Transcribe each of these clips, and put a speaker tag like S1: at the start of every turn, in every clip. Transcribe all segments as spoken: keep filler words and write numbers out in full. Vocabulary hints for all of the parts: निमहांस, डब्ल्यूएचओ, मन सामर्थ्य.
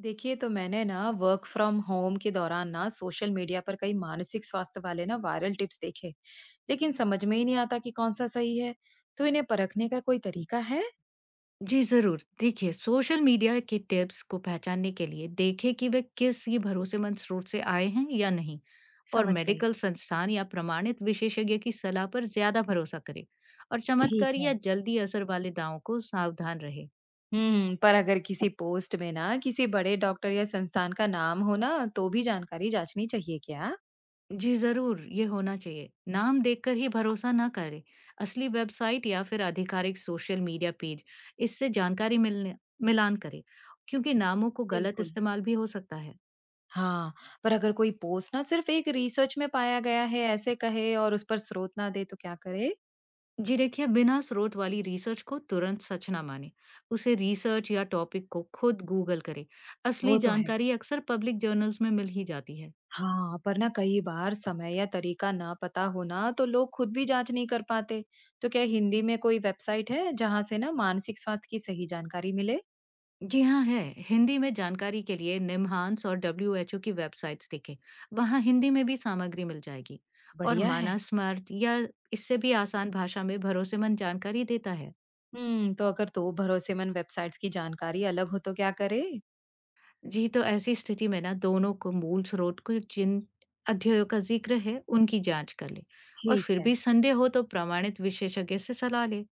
S1: देखिए, तो मैंने ना work from home के दौरान ना social media पर कई मानसिक स्वास्थ्य वाले ना वायरल टिप्स देखे। लेकिन समझ में ही नहीं आता कि कौन सा सही है। तो इन्हें परखने का कोई तरीका है?
S2: जी, ज़रूर। देखिए, सोशल मीडिया के टिप्स को पहचानने के लिए देखें कि वे किसी भरोसेमंद स्रोत से आए हैं या नहीं। और
S1: समझ गई।
S2: मेडिकल संस्थान या प्रमाणित विशेषज्ञ की सलाह पर ज़्यादा भरोसा करें। और
S1: ठीक
S2: चमत्कार
S1: है।
S2: या जल्दी असर वाले दावों को सावधान रहें।
S1: हम्म, पर अगर किसी पोस्ट में ना किसी बड़े डॉक्टर या संस्थान का नाम हो ना, तो भी जानकारी जांचनी चाहिए क्या?
S2: जी, ज़रूर, ये होना चाहिए। नाम देखकर ही भरोसा ना करें। असली वेबसाइट या फिर आधिकारिक सोशल मीडिया पेज, इससे जानकारी मिलने मिलान करें, क्योंकि नामों को गलत
S1: बिल्कुल।
S2: इस्तेमाल भी हो सकता है।
S1: हाँ, पर अगर कोई पोस्ट ना सिर्फ एक रिसर्च में पाया गया है ऐसे कहे और उस पर स्रोत ना दे तो क्या करे?
S2: जी देखिए, बिना स्रोत वाली रिसर्च को तुरंत सच ना माने। उसे रिसर्च या टॉपिक को खुद गूगल करें। असली
S1: वो तो है।
S2: जानकारी अक्सर पब्लिक जर्नल्स में मिल ही जाती है।
S1: हाँ, पर ना कई बार समय या तरीका ना पता होना तो लोग खुद भी जांच नहीं कर पाते। तो क्या हिंदी में कोई वेबसाइट है जहाँ से ना मानसिक स्वास्थ्य की सही जानकारी मिले?
S2: जी हाँ, है। हिंदी में जानकारी के लिए निमहांस और डब्ल्यू एच ओ की वेबसाइट्स देखें। वहाँ हिंदी में भी सामग्री मिल जाएगी। और
S1: बढ़िया है।
S2: माना स्मार्ट या इससे भी आसान भाषा में भरोसेमंद जानकारी देता है।
S1: हम्म, तो अगर तो भरोसेमंद वेबसाइट्स की जानकारी अलग हो तो क्या करे?
S2: जी, तो ऐसी स्थिति में ना दोनों को मूल स्रोत को जिन अध्ययों का जिक्र है, उनकी जांच कर लें। और
S1: ठीक
S2: फिर
S1: है।
S2: भी संदेह हो तो प्रमाणित विशेषज्ञ से सलाह लें।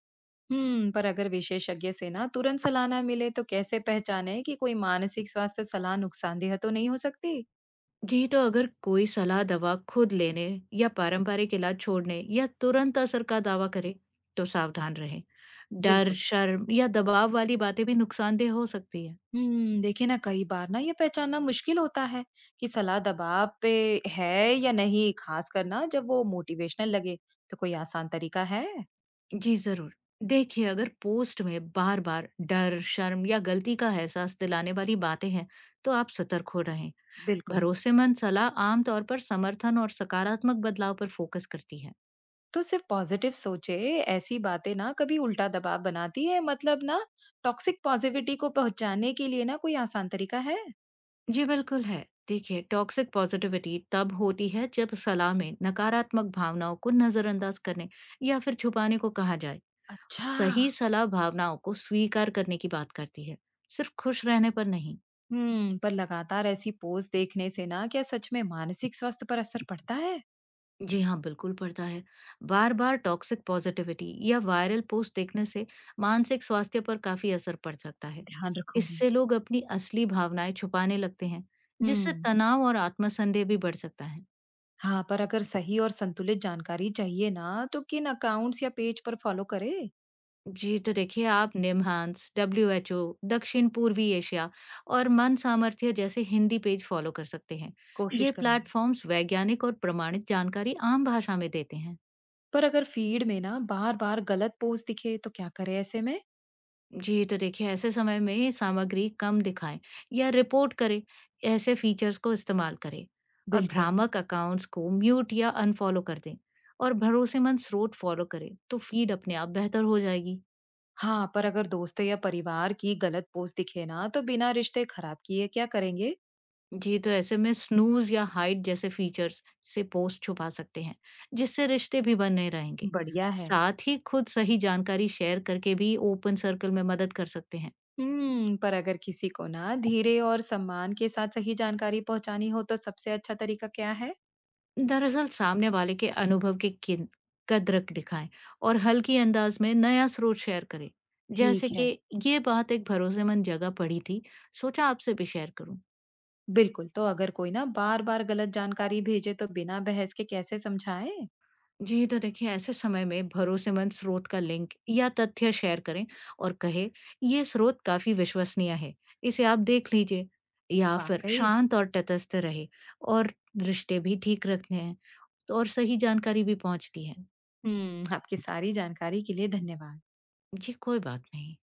S1: हम्म, पर अगर विशेषज्ञ से ना तुरंत सलाह ना मिले तो कैसे पहचाने कि कोई मानसिक स्वास्थ्य सलाह नुकसानदेह तो नहीं हो सकती?
S2: जी, तो अगर कोई सलाह दवा खुद लेने या पारंपरिक इलाज छोड़ने या तुरंत असर का दावा करे, तो सावधान रहें। डर,
S1: बिल्कुल।
S2: शर्म या दबाव वाली बातें भी नुकसानदेह हो सकती है।
S1: हम्म, देखिए ना कई बार ना ये पहचानना मुश्किल होता है कि सलाह दबाव पे है या नहीं, खास करना जब वो मोटिवेशनल लगे। तो कोई आसान तरीका है?
S2: जी, ज़रूर। देखिए, अगर पोस्ट में बार-बार डर, शर्म या गलती का एहसास दिलाने वाली बातें हैं, तो आप सतर्क हो रहें।
S1: बिल्कुल।
S2: भरोसेमंद सलाह आमतौर पर समर्थन और सकारात्मक बदलाव पर फोकस करती है।
S1: तो सिर्फ पॉजिटिव सोचे ऐसी बातें ना कभी उल्टा दबाव बनाती है, मतलब ना टॉक्सिक पॉजिटिविटी को पहुंचाने के लिए ना कोई आसान तरीका है?
S2: जी बिल्कुल है। देखिए, टॉक्सिक पॉजिटिविटी तब होती है जब सलाह में नकारात्मक भावनाओं को नजरअंदाज करने या फिर छुपाने को कहा जाए।
S1: अच्छा।
S2: सही सलाह भावनाओं को स्वीकार करने की बात करती है, सिर्फ खुश रहने पर नहीं।
S1: हम्म, पर लगातार ऐसी पोस्ट देखने से ना क्या सच में मानसिक स्वास्थ्य पर असर पड़ता है?
S2: जी हाँ, बिल्कुल पड़ता है। बार-बार टॉक्सिक पॉज़िटिविटी या वायरल पोस्ट देखने से मानसिक स्वास्थ्य पर काफ़ी असर पड़ सकता है।
S1: ध्यान रखूंगी।
S2: इससे लोग अपनी असली भावनाएँ छुपाने लगते हैं, जिससे
S1: हम्म।
S2: तनाव और आत्मसंदेह भी बढ़ सकता है।
S1: हाँ, पर अगर सही और संतुलित जानकारी चाहिए ना तो किन अकाउंट्स या पेज पर फॉलो करे?
S2: जी, तो देखिए, आप निमहांस, डब्ल्यू एच ओ, दक्षिण पूर्वी एशिया और मन सामर्थ्य जैसे हिंदी पेज फॉलो कर सकते हैं।
S1: कोशिश
S2: ये
S1: करूंगी।
S2: प्लेटफ़ॉर्म्स वैज्ञानिक और प्रमाणित जानकारी आम भाषा में देते हैं।
S1: पर अगर फीड में ना बार बार गलत पोस्ट दिखे तो क्या करे ऐसे में?
S2: जी, तो देखिए, ऐसे समय में सामग्री कम दिखाएँ या रिपोर्ट करें। ऐसे फीचर्स को इस्तेमाल करें और
S1: बिल्कुल।
S2: भ्रामक अकाउंट्स को म्यूट या अनफॉलो कर दें, और भरोसेमंद स्रोत फॉलो करें, तो फीड अपने आप बेहतर हो जाएगी।
S1: हाँ, पर अगर दोस्तों या परिवार की गलत पोस्ट दिखे ना तो बिना रिश्ते खराब किए क्या करेंगे?
S2: जी, तो ऐसे में स्नूज़ या हाइड जैसे फीचर्स से पोस्ट छुपा सकते हैं, जिससे रिश्ते भी बने रहेंगे।
S1: बढ़िया है।
S2: साथ ही खुद सही जानकारी शेयर करके भी ओपन सर्कल में मदद कर सकते हैं।
S1: हम्म, पर अगर किसी को ना धीरे और सम्मान के साथ सही जानकारी पहुंचानी हो तो सबसे अच्छा तरीका क्या है?
S2: दरअसल सामने वाले के अनुभव की किन- कद्र दिखाएं। और हल्की अंदाज में नया स्रोत शेयर करें। जैसे
S1: ठीक है।
S2: कि, ये बात एक भरोसेमंद जगह पड़ी थी, सोचा आपसे भी शेयर करूं।
S1: बिल्कुल। तो अगर कोई ना बार बार गलत जानकारी भेजे तो बिना बहस के कैसे समझाए?
S2: जी तो देखिए, ऐसे समय में भरोसेमंद स्रोत का लिंक या तथ्य शेयर करें, और कहे, ये स्रोत काफी विश्वसनीय है, इसे आप देख लीजिए। या फिर
S1: वाकई।
S2: शांत और तटस्थ रहे। और रिश्ते भी ठीक रखने हैं, तो और सही जानकारी भी पहुंचती है।
S1: हुँ, आपकी सारी जानकारी के लिए धन्यवाद।
S2: जी कोई बात नहीं।